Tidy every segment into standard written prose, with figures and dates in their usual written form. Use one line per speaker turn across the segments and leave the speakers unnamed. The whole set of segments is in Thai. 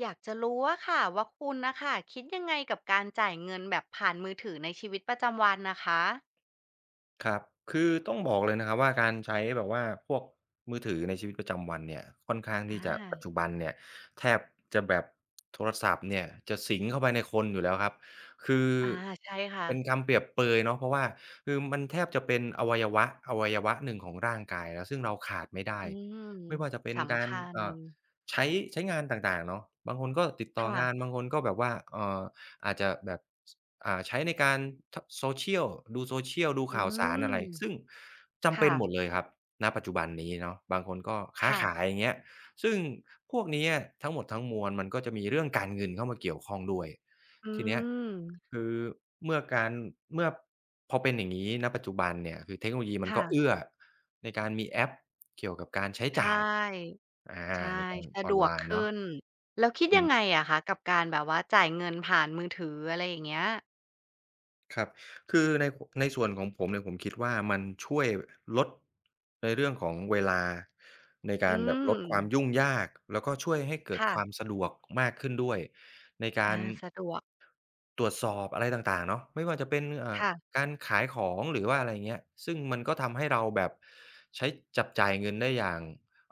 อยากจะรู้ว่าค่ะว่าคุณนะค่ะคิดยังไงกับการจ่ายเงินแบบผ่านมือถือในชีวิตประจำวันนะคะ
ครับคือต้องบอกเลยนะครับว่าการใช้แบบว่าพวกมือถือในชีวิตประจำวันเนี่ยค่อนข้างที่
อา
จะปัจจุบันเนี่ยแทบจะแบบโทรศัพท์เนี่ยจะสิงเข้าไปในคนอยู่แล้วครับคือ
อาใช่ค่ะ
เป็นคำเปรียบเปรยเนาะเพราะว่าคือมันแทบจะเป็นอวัยวะอวัยวะหนึ่งของร่างกายแล้วซึ่งเราขาดไม่ได้
อืม
ไม่ว่าจะเป็นกา
สำ
ร
คัญ
ใช้ใช้งานต่างๆเนาะบางคนก็ติดต่องาน
ค่ะ
บางคนก็แบบว่าอาจจะแบบใช้ในการท social ดู social ดู
อื
ข่าวสารอะ
ม
ไรซึ่งจำเป็น
ค่ะ
หมดเลยครับณปัจจุบันนี้เนาะบางคนก็ค้า
ค่ะ
ขายอย่างเงี้ยซึ่งพวกเนี้ยทั้งหมดทั้งมวลมันก็จะมีเรื่องการเงินเข้ามาเกี่ยวข้องด้วย
อื
ทีเนี้ย
ม
คือเมื่อการเมื่อพอเป็นอย่างงี้ณปัจจุบันเนี่ยคือเทคโนโลยีมันก็เอื้
ค่ะ
อในการมีแอปเกี่ยวกับการใช้
ใช
จ่าย
่
อาใน
ใช่
การ
สะ
ออ
ด
น
ว
ไล
ก
น์เนาะ
ขึ้นแล้วคิดยังไงอะคะกับการแบบว่าจ่ายเงินผ่านมือถืออะไรอย่างเงี้ย
ครับ คือในส่วนของผมเนี่ยผมคิดว่ามันช่วยลดในเรื่องของเวลาใน
อื
การแบบ
ม
ลดความยุ่งยากแล้วก็ช่วยให้เกิด
ค่ะ
ความสะดวกมากขึ้นด้วยในกา
อา
ร
สะดวก
ตรวจสอบอะไรต่างๆเนาะไม่ว่าจะเป็น
ค่ะ
การขายของหรือว่าอะไรเงี้ยซึ่งมันก็ทำให้เราแบบใช้จับจ่ายเงินได้อย่าง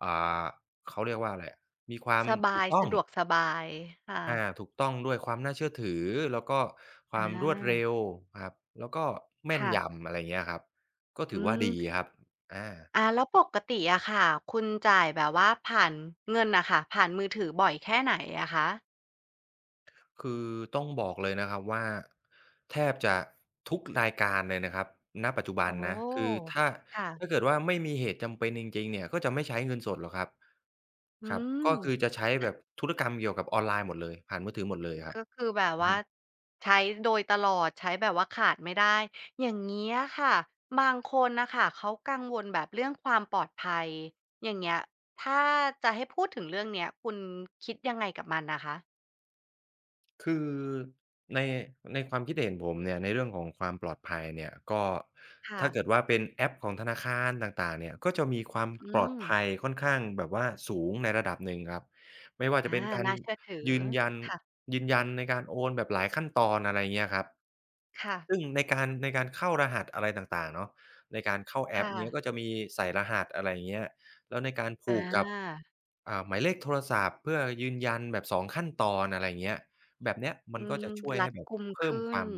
อ่าเขาเรียกว่าอะไรอะมีความ
สบา
ถูก
ย
ต้อง
สะดวกสบายค่ะ
อาถูกต้องด้วยความน่าเชื่อถือแล้วก็ความรวด
อา
เร็วครับแล้วก็แม่น
ค่ะ
ยำอะไรเงี้ยครับก็
อื
ถือว่าดี
ม
ครับอา
แล้วปกติอะค่ะคุณจ่ายแบบว่าผ่านเงินน่ะค่ะ ผ่านมือถือบ่อยแค่ไหนอะคะ
คือต้องบอกเลยนะครับว่าแทบจะทุกรายการเลยนะครับณปัจจุบัน
โอ้
นะคือถ้า
ค่ะ
ถ้าเกิดว่าไม่มีเหตุจำเป็นจริงๆเนี่ยก็จะไม่ใช้เงินสดหรอกครับ
อื
ครับ
ม
ก็คือจะใช้แบบธุรกรรมเกี่ยวกับออนไลน์หมดเลยผ่านมือถือหมดเลยครับ
ก็คือแบบ
อือฮึ
ว่าใช้โดยตลอดใช้แบบว่าขาดไม่ได้ อย่างงี้อะค่ะบางคนน่ะค่ะเขากังวลแบบเรื่องความปลอดภัยอย่างเงี้ยถ้าจะให้พูดถึงเรื่องเนี้ยคุณคิดยังไงกับมันอะคะ
คือในในความคิดเห็นผมเนี่ยในเรื่องของความปลอดภัยเนี่ยก็
ค่ะ
ถ้าเกิดว่าเป็นแอปของธนาคารต่างๆเนี่ยก็จะมีความ
อื
ปลอด
ม
ภัยค่อนข้างแบบว่าสูงในระดับหนึ่งครับไม่ว่าจะ
อา
เป็นการ
น่าเชื่อถือ
ยืนยัน
ค่ะ
ยืนยันในการโอนแบบหลายขั้นตอนอะไรเงี้ยครับ
ค่ะ
ซึ่งในการเข้ารหัสอะไรต่างๆเนาะในการเข้าแอป
ค่ะ
เงี้ยก็จะมีใส่รหัสอะไรเงี้ยแล้วในการผู
อา
กกับหมายเลขโทรศัพท์เพื่อยืนยันแบบ2ขั้นตอนอะไรเงี้ย แบบเนี้ยมั
อื
นก็
ม
จะช่วย
รั
ให้
ด
แบบ
กุม
เพิ่ม
ขึ้
ค
น
วาม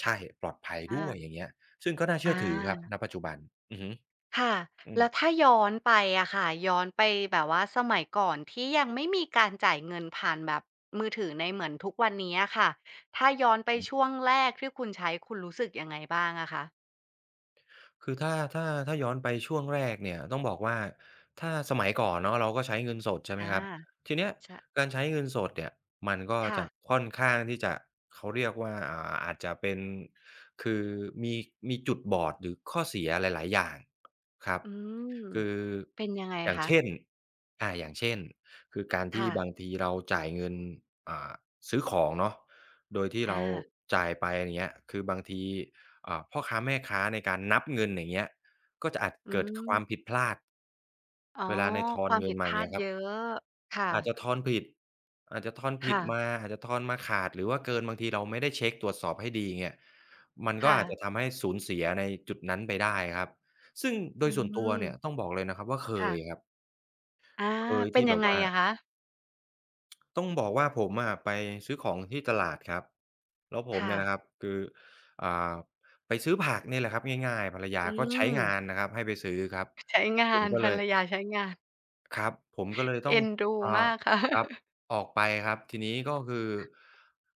ใช่ปลอดภัย
อา
ด้วยอย่างเงี้ยซึ่งก็น่า
อ
เชื่อถือครับณ
า
ปัจจุบันอือฮึ
ค่ะ
อืม
แล้วถ้าย้อนไปอะค่ะย้อนไปแบบว่าสมัยก่อนที่ยังไม่มีการจ่ายเงินผ่านแบบมือถือในเหมือนทุกวันนี้อะค่ะถ้าย้อนไปช่วงแรกที่คุณใช้คุณรู้สึกยังไงบ้างอะคะ
คือถ้าย้อนไปช่วงแรกเนี่ยต้องบอกว่าถ้าสมัยก่อนเนาะเราก็ใช้เงินสดใช่ไหม
อา
ครับทีเนี้ย
ช
การใช้เงินสดเนี่ยมันก็
ค่ะ
จะค่อนข้างที่จะเขาเรียกว่าอาจจะเป็นคือมีมีจุดบอดหรือข้อเสียหลายๆอย่างครับ
อืม
คือ
เป็นยังไง
อย่าง
คะ
เช่นอย่างเช่นคือการที่
ค่ะ
บางทีเราจ่ายเงินอ่าซื้อของเนาะโดยที่
อา
เราจ่ายไปอย่างเงี้ยคือบางที พ่อค้าแม่ค้าในการนับเงินอย่างเงี้ยก็จะอาจ
อื
เกิดความผิด
ม
พลาด
อ๋อ
เวลาในทอ
ค
น
วาม
เงิ
ผิ
น
ดพ
มาอย่าง
ลาด
เงี้ยค
เย
รับ
อะค่ะ
อาจจะทอนผิดอาจจะทอนผิด
ค่ะ
มา อาจจะทอนมาขาดหรือว่าเกินบางทีเราไม่ได้เช็กตรวจสอบให้ดีเงี้ยมันก็
ค่ะ
อาจจะทำให้สูญเสียในจุดนั้นไปได้ครับซึ่งโด
อื
ยส่วนตัวเนี่ยต้อ
ม
งบอกเลยนะครับว่าเค
ค่ะ
ยครับ
อา
เคย
เป็น
ที่แบ
ยัง
บ
ไง
ว่า
อะคะ
ต้องบอกว่าผมอะไปซื้อของที่ตลาดครับแล้วผม
ค่ะ
เนี่ยนะครับคืออ่าไปซื้อผักเนี่ยแหละครับง่ายๆภรรยา
อื
ก็ใช้
ม
งานนะครับให้ไปซื้อครับ
ใช้งา
ผม
น
ก็
ภ
เล
ร
ย
รยาใช้งาน
ครับผมก็เลยต้
เอ็
อง
นดู
อ่า
มากค่ะ
ครับ ออกไปครับทีนี้ก็คือ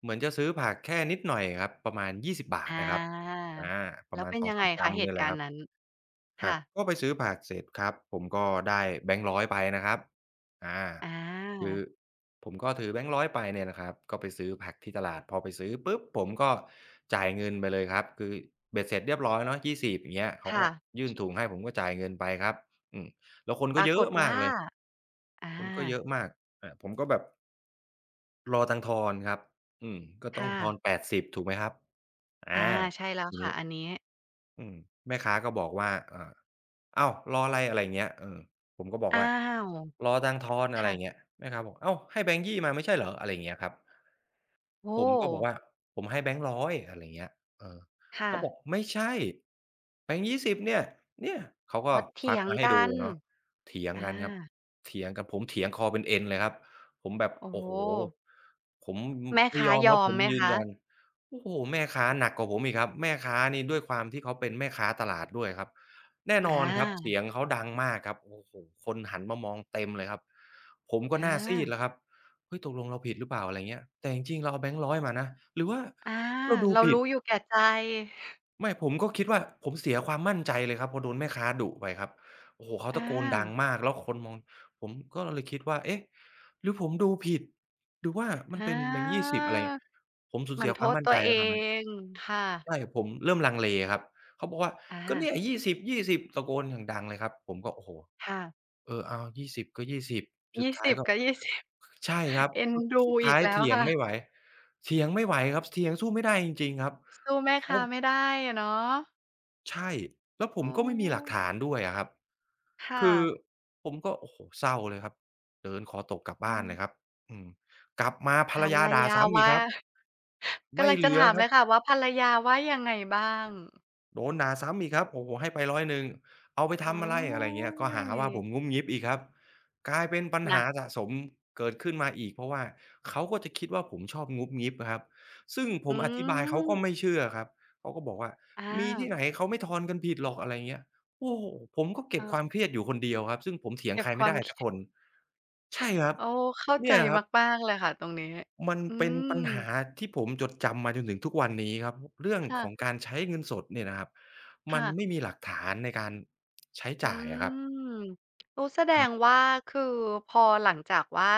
เหมือนจะซื้อผักแค่นิดหน่อยครับประมาณ20บบาท
อ
นะครับ
า
อาประ
แล้ว
มาณ
เป็นยังไง
2-3กรั
คะ
ม
เห
เนี่ย
ตุ
แหละ
การ
ครั
ณ์นั้น
บ ครั
ค่ะ
บก็ไปซื้อผักเสร็จครับผมก็ได้แบงค์ร้อยไปนะครับอา
อ
คือ
า
ผมก็ถือแบงค์ร้อยไปเนี่ยนะครับก็ไปซื้อผักที่ตลาดพอไปซื้อปุ๊บผมก็จ่ายเงินไปเลยครับคือเบ็ดเสร็จเรียบร้อยเนาะ20อย่างเงี้ยเขาก็
ค่ะ
ยื่นถุงให้ผมก็จ่ายเงินไปครับอืมแล้วคน
ป
ก็
รา
เย
ก
อะ
ฏ
มาก
ว่า
เลย
อา
คนก็เยอะมากอาผมก็แบบรอตังค์ทอนครับอืมก็ต้อง
ค่ะ
ทอน80ถูกไหมครับอา
อาใช่แล้ว
ที
ค่ะ
นี้
อันนี้
อืมแม่ค้าก็บอกว่า อ้าวรออะไรอะไรอย่างเงี้ยเออผมก็บอก
อ้า
ว่า
ว
รอตังค์ทอนอะไรอ
ค่ะ
ย่างเงี้ย แม่ค้าบอกอ้าวให้แบงค์ยี่มาไม่ใช่เหรอ อะไรอย่างเงี้ยครับ
โอ้
ผมก็บอกว่าผมให้แบงค์ร้อยอะไรเงี้ยเออ
ค่ะ
เขาบอกไม่ใช่แบงค์20เนี่ยเนี่ยเขาก็
อ๋อ
ค
เถี
วัก
ยง
มาให้
กั
ดู
น
เนาะเถียง
อา
กันครับเถียงกันผมเถียงคอเป็นเอ็นเลยครับผมแบบ
โอ้โฮ
โอ้โฮผมม
แม่
ไม่
ค้า
ยอม
ย
ครั
อ
บ
ม
ผม
ไหม
ยืน
คะ
ยันโอ้โฮแม่ค้าหนักกว่าผมอีกครับแม่ค้านี่ด้วยความที่เขาเป็นแม่ค้าตลาดด้วยครับแน่
อ
นอนครับเสี
า
ยงเขาดังมากครับโอ้โฮคนหันมามองเต็มเลยครับผมก็
อ
หน้าซีดแล้วค
า
รับ เฮ้ยตกลงเราผิดหรือเปล่าอะไรเงี้ยแต่จริงๆเราเอาแบงค์ร้อยมานะหรือว่า
อา
เราดู
เรา
ผิด
รู้อยู่แก่ใจ
ไม่ผมก็คิดว่าผมเสียความมั่นใจเลยครับพอโดนแม่ค้าดุไปครับโอ้โฮเขาตะ
อา
โกนดังมากแล้วคนมองผมก็เลยคิดว่าเอ๊ะหรือผมดูผิดหรือว่ามัน
อา
เป็นแบงค์ยี่สิบอะไรผมสูญ
เหมือ
เสี
น
ย
โท
ความ
ษ
มั่น
ตั
ใจ
วเอ
แล้วตอนนั้น
งค่ะ
ใช่ผมเริ่มลังเลครับเขาบอกว่าก็เนี่ย
อา
ยี่ส 20" ตะโกนอย่างดังเลยครับผมก็โอ้โฮ
ค่ะ
เออเอายี่ส20ก็20สบสุดท้าย
20
ก็
กับ20
ใช่ครับ
เอ็น
ก็
ดู
สุด
อี
ท้า
ก
ย
แล้ว
เถียง
ค่ะ
ไม่ไหวเถียงไม่ไหวครับเถียงสู้ไม่ได้จริงๆครับ
สู้แม่
เขา
ค้าไม่ได้อะเนาะ
ใช่แล้วผ
อื
มก็ไม่มีหลักฐา
ม
นด้วยอะครับ
ค่ะ
คือผมก็โอ้โฮเศร้าเลยครับเดินคอตกกลับ
อื
บ้านเลยครับ
ม
อืมกลับมาภ
ภ
รร
ร
ยา
ร
ด่า
ยา
ซ้ำอีก
ว่า
ครับ
กำ
ไม่
ลัง
เห
จะ
ลือ
ถาม
ค
เล
รั
ย
บ
ค่ะว่าภรรยาว่ายังไงบ้าง
โดนด่าซ้ำอีกครับโอ้โฮให้ไปร้อยหนึ่งเอาไป
โอ
ทำอะไรอะไรอ
๊
ย่างเงี้ยก็หาว่าผม
ย
งุ้มงิ้มอีกครับกลายเป็นปัญ
หนั
หา
ก
สะสมเกิดขึ้นมาอีกเพราะว่าเขาก็จะคิดว่าผมชอบงุบงิบอะครับซึ่งผ
อื
มอธิบายเขาก็ไม่
ม
เชื่อครับเขาก็บอกว่า
อา
มีที่ไหนเขาไม่ทอนกันผิดหรอกอะไรอย่างเงี้ยโอ้โฮผมก็เก็
เอ
บค
อ
วามเครียดอยู่คนเดียวครับซึ่งผมเถียง
เก็บ
ใคร
ค
ไม่
วาม
ได้
เค
สัก
รีย
ค
ด
นใช่ครับ
โอ้เข้าใจ
เนี่ยครับ
มากๆเลยค่ะตรงนี้
มัน
อื
เป็นปั
ม
ญหาที่ผมจดจำมาจนถึงทุกวันนี้ครับเรื่อง
ค่ะ
ของการใช้เงินสดเนี่ยนะครับมัน
ค่ะ
ไม่มีหลักฐานในการใช้
อื
จ่ายอะครับ
มโอ้แสด
ครั
ง
บ
ว่าคือพอหลังจากว่า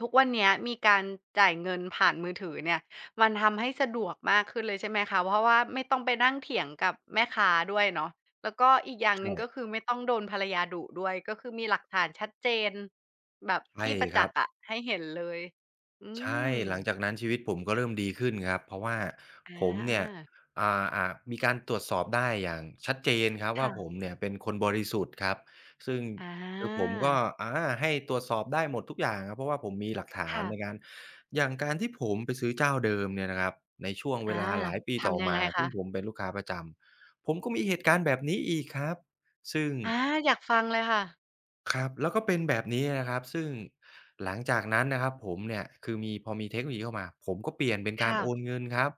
ทุกวันเนี้ยมีการจ่ายเงินผ่านมือถือเนี่ยมันทำให้สะดวกมากขึ้นเลยใช่ไหมคะเพราะว่าไม่ต้องไปนั่งเถียงกับแม่ค้าด้วยเนาะแล้วก็อีกอย่างหนึ่งก็
ใช่
คือไม่ต้องโดนภรรยาดุด้วยก็คือมีหลักฐานชัดเจนแบบ
ใช่
ที่ประ
ค
จั
รั
ก
บ
ษ์อะให้เห็นเลยอื
ใช่
ม
หลังจากนั้นชีวิตผมก็เริ่มดีขึ้นครับเพราะว่า
อา
ผมเนี่ย
ๆ
อ่าอ่ามีการตรวจสอบได้อย่างชัดเจนครับว่าผม
ค่ะ
เนี่ยเป็นคนบริสุทธิ์ครับซึ่ง
อา
คือผมก็อาให้ตรวจสอบได้หมดทุกอย่างครับเพราะว่าผมมีหลักฐาน
ค่ะ
ในการอย่างการที่ผมไปซื้อเจ้าเดิมเนี่ยนะครับในช่วงเว
อา
ลาหลายปีต่อ
ทำยังไง
มาซึ่งผม
คะ
เป็นลูกค้าประจำผมก็มีเหตุการณ์แบบนี้อีกครับซึ่ง
อาอยากฟังเลยค่ะ
ครับแล้วก็เป็นแบบนี้นะครับซึ่งหลังจากนั้นนะครับผมเนี่ยคือมีพอมีเทคโนโลยีเข้ามาผมก็เปลี่ยนเป็นการ
ค่ะ
โอนเงินครับ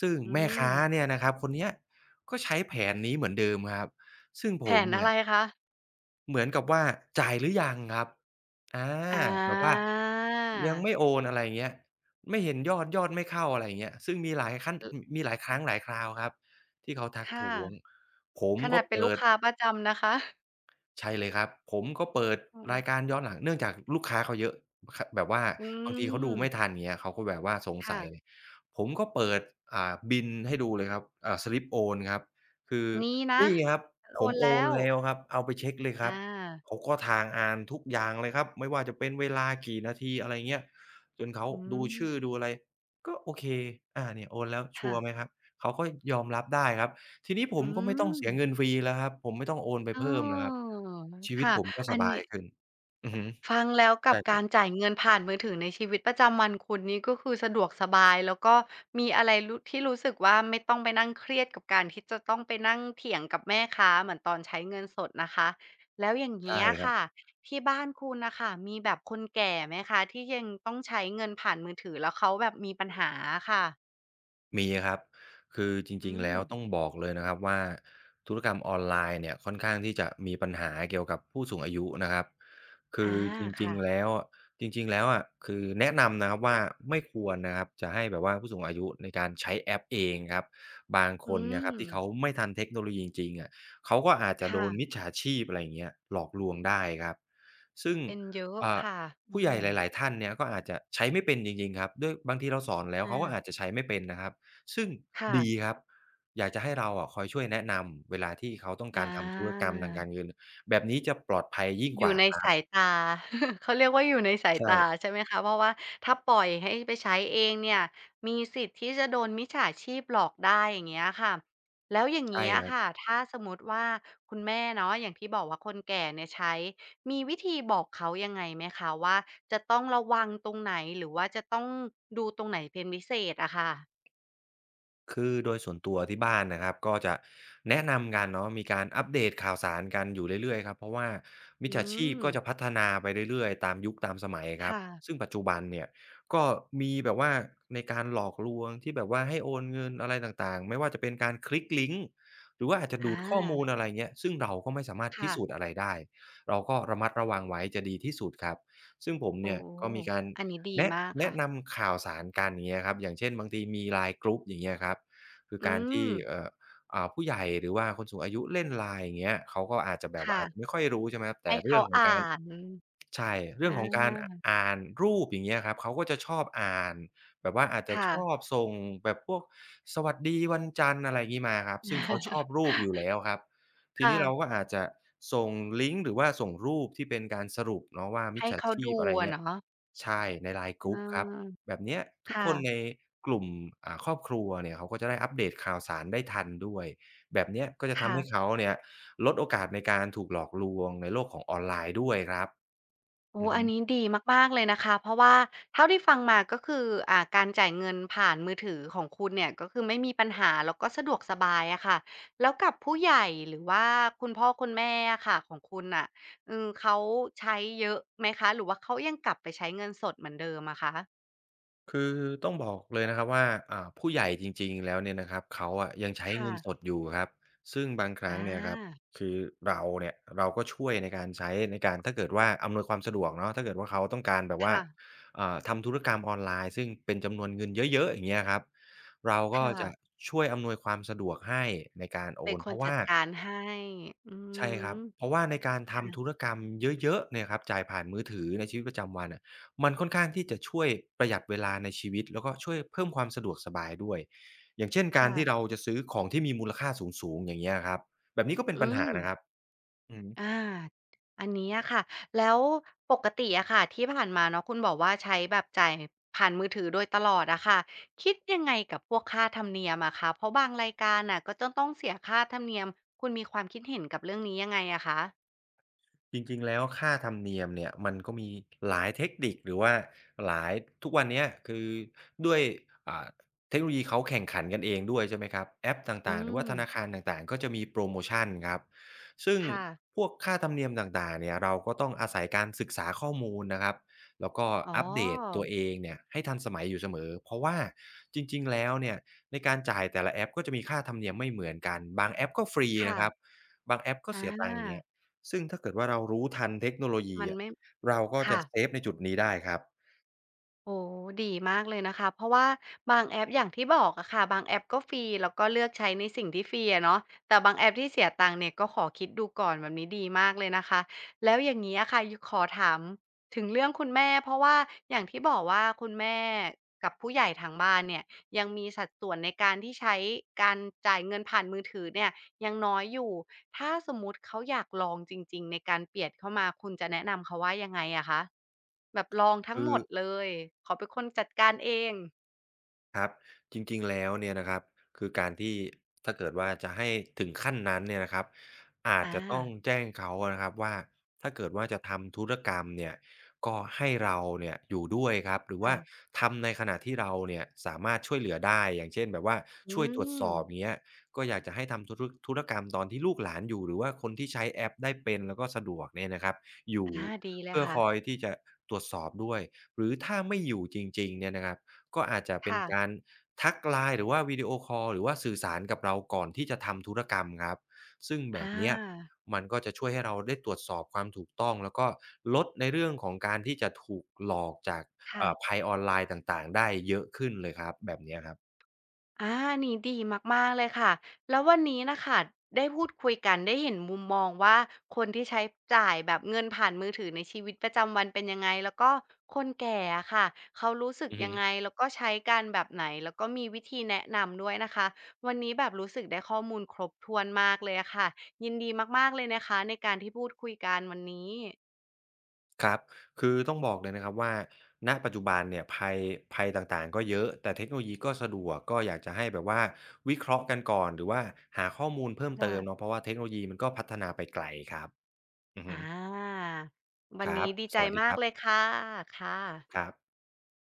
ซึ่ง
อื
แม่
ม
ค้าเนี่ยนะครับคนเนี้ยก็ใช้แผนนี้เหมือนเดิมครับซึ่ง
แผ
ผม
นอะ
เนี่ย
ไรคะ
เหมือนกับว่าจ่ายหรือยังครับอา
อ
แบบว่า
า
ยังไม่โอนอะไรอย่างเงี้ยไม่เห็นยอดยอดไม่เข้าอะไรอย่างเงี้ยซึ่งมีหลายขั้นม
อ
มีหลายครั้งหลายคราวครับที่เขาทัก
ค่ะ
ท้วงผม
ขนา
ก็
ดเป็นลู
เปิ
ก
ด
ค้าประจำนะคะ
ใช่เลยครับผมก็เปิด
อ
รา
อ
ยการย้อนหลังเนื่องจากลูกค้าเขาเยอะคแบบว่า
อื
บางทีเขา
ม
ดูไม่ทันอย่างเงี้ยเขาก็แบบว่าสง
ค่ะ
สัยเลยผมก็เปิดบิลให้ดูเลยครับสลิปโอนครับคือ
นี้นะ
นี่ครับ
ฉัน
ผ
โอ
ม
น
โอ
แล้
น
ว
แล้วครับเอาไปเช็กเลยครับ
อา
เขาก็ทางอ่านทุกอย่างเลยครับไม่ว่าจะเป็นเวลากี่นาทีอะไรเงี้ยจนเขา
อื
ดู
ม
ชื่อดูอะไรก็โอเคเนี่ยโอนแล้วชัว
ค่ะ
ร์ไหมครับเขาก็ยอมรับได้ครับทีนี้ผ
อื
มก็ไม่ต้อง
ม
เสียเงินฟรีแล้วครับผมไม่ต้องโอนไป
เ
เพิ่มแล้วครับ
ออ
ชีวิต
ค่ะ
ผมก็ส
อัน
บา
นี้
ยขึ้นอือฮึ
ฟังแล้วกับ
ใช่เล
กา
ย
รจ่ายเงินผ่านมือถือในชีวิตประจำวันคุณนี่ก็คือสะดวกสบายแล้วก็มีอะไรรู้ที่รู้สึกว่าไม่ต้องไปนั่งเครียดกับการที่จะต้องไปนั่งเถียงกับแม่ค้าเหมือนตอนใช้เงินสดนะคะแล้วอย่าง
ใช่
เงี้ย
ครับ
ค่ะที่บ้านคุณนะคะมีแบบคนแก่ไหมคะที่ยังต้องใช้เงินผ่านมือถือแล้วเขาแบบมีปัญหาค่ะ
มีครับคือจ
อื
ริงๆแล้
ม
วต้องบอกเลยนะครับว่าธุรกรรมออนไลน์เนี่ยค่อนข้างที่จะมีปัญหาเกี่ยวกับผู้สูงอายุนะครับคื
อา
อจริง
ค่ะ
ๆแล้วอะจริงๆแล้วอะคือแนะนำนะครับว่าไม่ควรนะครับจะให้แบบว่าผู้สูงอายุในการใช้แอปเองครับบางค
อื
นเนี่ยครับ
ม
ที่เขาไม่ทันเทคโนโลยีจริงๆอะเขาก็อาจจะโด
ค่ะ
นมิจฉาชีพอะไรอย่างเงี้ยหลอกลวงได้ครับซึ่ง
เป็นเยอะ
อ่า
ค่ะอื
ผู้ใหญ่
ม
หลายๆท่านเนี่ยก็อาจจะใช้ไม่เป็นจริงๆครับด้วยบางทีเราสอนแล้ว
อา
เขาก็อาจจะใช้ไม่เป็นนะครับ ซึ่งดี
ค่ะ
ครับอยากจะให้เราอะคอยช่วยแนะนำเวลาที่เขาต้องกา
อา
รทำธุรกรรมทางการเงินแบบนี้จะปลอดภัยยิ่ง
อ
ก
ยู่
ว่า
ใน
ครับ
สายตา เขาเรียกว่าอยู่ในสาย
ใช่
ตาใช่ไหมคะเพราะว่าถ้าปล่อยให้ไปใช้เองเนี่ยมีสิทธิ์ที่จะโดนมิจฉาชีพหลอกได้อย่างเงี้ยค่ะแล้วอย่าง
ใ
เงี้ย
ช่
ค่ะถ้าสมมุติว่าคุณแม่เนาะอย่างที่บอกว่าคนแก่เนี่ยใช้มีวิธีบอกเขายังไงไหมคะว่าจะต้องระวังตรงไหนหรือว่าจะต้องดูตรงไหนเป็นพิเศษอะค่ะ
คือโดยส่วนตัวที่บ้านนะครับก็จะแนะนำกันเนาะมีการอัปเดตข่าวสารกันอยู่เรื่อยๆครับเพราะว่ามิจ
อื
ฉาชีพ
ม
ก็จะพัฒนาไปเรื่อยๆตามยุคตามสมัยครับ
ค่ะ
ซึ่งปัจจุบันเนี่ยก็มีแบบว่าในการหลอกลวงที่แบบว่าให้โอนเงินอะไรต่างๆไม่ว่าจะเป็นการคลิกลิงก์หรือว่าอาจจะ
อ
ดูดข้อมูลอะ
า
ไรเงี้ยซึ่งเราก็ไม่สามารถพิ
ค่ะ
สูจน์อะไรได้เราก็ระมัดระวังไว้จะดีที่สุดครับซึ่งผม
โอ้
เนี่ยก็มีการ
อันนี้ดี
แนะ
มาก
แนะ
ค่ะ
นำข่าวสารกันอย่างเงี้ยครับอย่างเช่นบางทีมี LINE กรุ๊ปอย่างเงี้ยครับคือ
อื
การ
ม
ที่ผู้ใหญ่หรือว่าคนสูงอายุเล่น LINE อย่างเงี้ยเขาก็อาจจะแบบว่า
ค่ะ
อาจจะไม่ค่อยรู้ใช่ไหมครับแต่
ให้
เรื่
เขา
องของ
อ่า
การ
น
ใช่เรื่
อ
องของการ
า
อ่านรูปอย่างเงี้ยครับเขาก็จะชอบอ่านแบบว่าอาจจะ
ค่ะ
ชอบส่งแบบพวกสวัสดีวันจันทร์อะไรงี้มาครับซึ่งเขาชอบ รูปอยู่แล้วครับที
ค่ะ
นี้เราก็อาจจะส่งลิงก์หรือว่าส่งรูปที่เป็นการสรุปเนาะว่ามิจ
ให้
ฉา
เขา
ชีพ
ดู
อะไร
อะ
เงี้ย
เนาะ
ใช่ใน LINE ก
เ
รุ๊ปครับ
ออ
แบบเนี้ยทุกคนใน
ค่ะ
กลุ่มครอบครัวเนี่ยเขาก็จะได้อัปเดตข่าวสารได้ทันด้วยแบบเนี้ยก็จะทำ
ค่ะ
ให้เขาเนี่ยลดโอกาสในการถูกหลอกลวงในโลกของออนไลน์ด้วยครับ
โอ้
อือ
อั
ฮึ
นนี้ดีมากๆเลยนะคะ เพราะว่าเท่าที่ฟังมาก็คืออ่าการจ่ายเงินผ่านมือถือของคุณเนี่ยก็คือไม่มีปัญหาแล้วก็สะดวกสบายอะค่ะแล้วกับผู้ใหญ่หรือว่าคุณพ่อคุณแม่อะค่ะของคุณน่ะอืมเขาใช้เยอะไหมคะหรือว่าเขายังกลับไปใช้เงินสดเหมือนเดิมอะคะ
คือต้องบอกเลยนะครับว่าผู้ใหญ่จริงๆแล้วเนี่ยนะครับเขาอะยังใช้
ค่ะ
เงินสดอยู่ครับซึ่งบางครั้ง
อา
เนี่ยครับคือเราเนี่ยเราก็ช่วยในการใช้ในการถ้าเกิดว่าอำนวยความสะดวกเนาะถ้าเกิดว่าเขาต้องการแบบว่า
ค่ะ
ทำธุรกรรมออนไลน์ซึ่งเป็นจำนวนเงินเยอะๆอย่างเงี้ยครับเราก็
ค่ะ
จะช่วยอำนวยความสะดวกให้ในการโอ
เป็น
น
ค
เพ
น
ราะ
จั
ว่า
ดการให้อื
ใช่ครั
ม
บ เพราะว่าในการทำธุ
ค่ะ
รกรรมเยอะๆเนี่ยครับจ่ายผ่านมือถือในชีวิตประจำวันน่ะมันค่อนข้างที่จะช่วยประหยัดเวลาในชีวิตแล้วก็ช่วยเพิ่มความสะดวกสบายด้วยอย่างเช่นการที่เรา
ค่ะ
จะซื้อของที่มีมูลค่าสูงๆอย่างเงี้ยครับแบบนี้ก็เป็
อื
นปัญหานะครับ
ม
อืม
อาอันนี้อะค่ะ แล้วปกติอะค่ะที่ผ่านมาเนาะคุณบอกว่าใช้แบบจ่ายผ่านมือถือโดยตลอดอะค่ะคิดยังไงกับพวกค่าธรรมเนียมอะคะเพราะบางรายการน่ะก็จะต้องเสียค่าธรรมเนียม คุณมีความคิดเห็นกับเรื่องนี้ยังไงอะคะ
จริงๆแล้วค่าธรรมเนียมเนี่ยมันก็มีหลายเทคนิคหรือว่าหลายทุกวันเนี้ยคือด้วยอ่าเทคโนโลยีเขาแข่งขันกันเองด้วยใช่ไหมครับแอป
อื
ต่างๆหรือว่า
ม
ธนาคารต่างๆก็จะมีโพรโมชันครับซึ่ง
ค่ะ
พวกค่าธรรมเนียมต่างๆเนี่ยเราก็ต้องอาศัยการศึกษาข้อมูลนะครับแล้วก็
อ๋อ
อัปเดตตัวเองเนี่ยให้ทันสมัยอยู่เสมอเพราะว่าจริงๆแล้วเนี่ยในการจ่ายแต่ละแอปก็จะมีค่าธรรมเนียมไม่เหมือนกันบางแอปก็ฟรี
ค่ะ
นะครับบางแอปก็
อา
เสียตังค์อย่างเงี้ย ซึ่งถ้าเกิดว่าเรารู้ทันเทคโนโลยี
มัน
อะ
ไม่
เราก็จะ
ค่ะ
เซฟในจุดนี้ได้ครับ
โอ้ดีมากเลยนะคะเพราะว่าบางแอปอย่างที่บอกอะค่ะบางแอปก็ฟรีแล้วก็เลือกใช้ในสิ่งที่ฟรีอะเนาะแต่บางแอปที่เสียตังค์เนี่ยก็ขอคิดดูก่อนแบบนี้ดีมากเลยนะคะแล้วอย่างงี้อะค่ะยขอถามถึงเรื่องคุณแม่เพราะว่าอย่างที่บอกว่าคุณแม่กับผู้ใหญ่ทางบ้านเนี่ยยังมีสัดส่วนในการที่ใช้การจ่ายเงินผ่านมือถือเนี่ย ยังน้อยอยู่ ถ้าสมมุติเขาอยากลองจริงๆในการเปลี่ยนเข้ามา คุณจะแนะนำเขาว่ายังไงอะคะ แบบลองทั้ง
คื
หม
อ
ดเลย ขอเป็นคนจัดการเอง
ครับจริงๆแล้วเนี่ยนะครับคือการที่ถ้าเกิดว่าจะให้ถึงขั้นนั้นเนี่ยนะครับอาจ
อา
จะต้องแจ้งเขาอะนะครับว่าถ้าเกิดว่าจะทำธุรกรรมเนี่ยก็ให้เราเนี่ยอยู่ด้วยครับหรือว่า
ค่ะ
ทำในขณะที่เราเนี่ยสามารถช่วยเหลือได้อย่างเช่นแบบว่า
อื
ช่วยตรวจส
ม
อบอย่างเงี้ยก็อยากจะให้ทำธุรกรรมตอนที่ลูกหลานอยู่หรือว่าคนที่ใช้แอปได้เป็นแล้วก็สะดวกเนี่ยนะครับอยู่
อาดีเลย
เพื่อ
ค่ะ
คอยที่จะตรวจสอบด้วยหรือถ้าไม่อยู่จริงๆเนี่ยนะครับ ก็อาจจะเป็น
ค่ะ
การทัก LINE หรือว่าวิดีโอคอลหรือว่าสื่อสารกับเราก่อนที่จะทำธุรกรรมครับซึ่งแบ
อ
บเนี้ย
า
มันก็จะช่วยให้เราได้ตรวจสอบความถูกต้องแล้วก็ลดในเรื่องของการที่จะถูกหลอกจาก
ค่ะ
ภัยออนไลน์ต่างๆได้เยอะขึ้นเลยครับแบบเนี้ยครับ
อานี่ดีมากๆเลยค่ะแล้ววันนี้นะค่ะได้พูดคุยกันได้เห็นมุมมองว่าคนที่ใช้จ่ายแบบเงินผ่านมือถือในชีวิตประจำวันเป็นยังไงแล้วก็คนแก่อะค่ะเขารู้สึก
อือฮึ
ยังไงแล้วก็ใช้กันแบบไหนแล้วก็มีวิธีแนะนำด้วยนะคะวันนี้แบบรู้สึกได้ข้อมูลครบถ้วนมากเลยอะค่ะยินดีมากๆเลยนะคะในการที่พูดคุยกันวันนี้
ครับคือต้องบอกเลยนะครับว่าณปัจจุบันเนี่ยภัยต่างๆก็เยอะแต่เทคโนโลยีก็สะดวกก็อยากจะให้แบบว่าวิเคราะห์กันก่อนหรือว่าหาข้อมูลเพิ่มเติมเนาะ
ค่ะ
เพราะว่าเทคโนโลยีมันก็พัฒนาไปไกลครับ อือ
อ
ฮึ
าวั
ค
น
รับ
นี้ดี
ส
ใจ
วัสดี
มา
ค
ก
รั
เลย
บ
ค่ะค่ะ
ครับ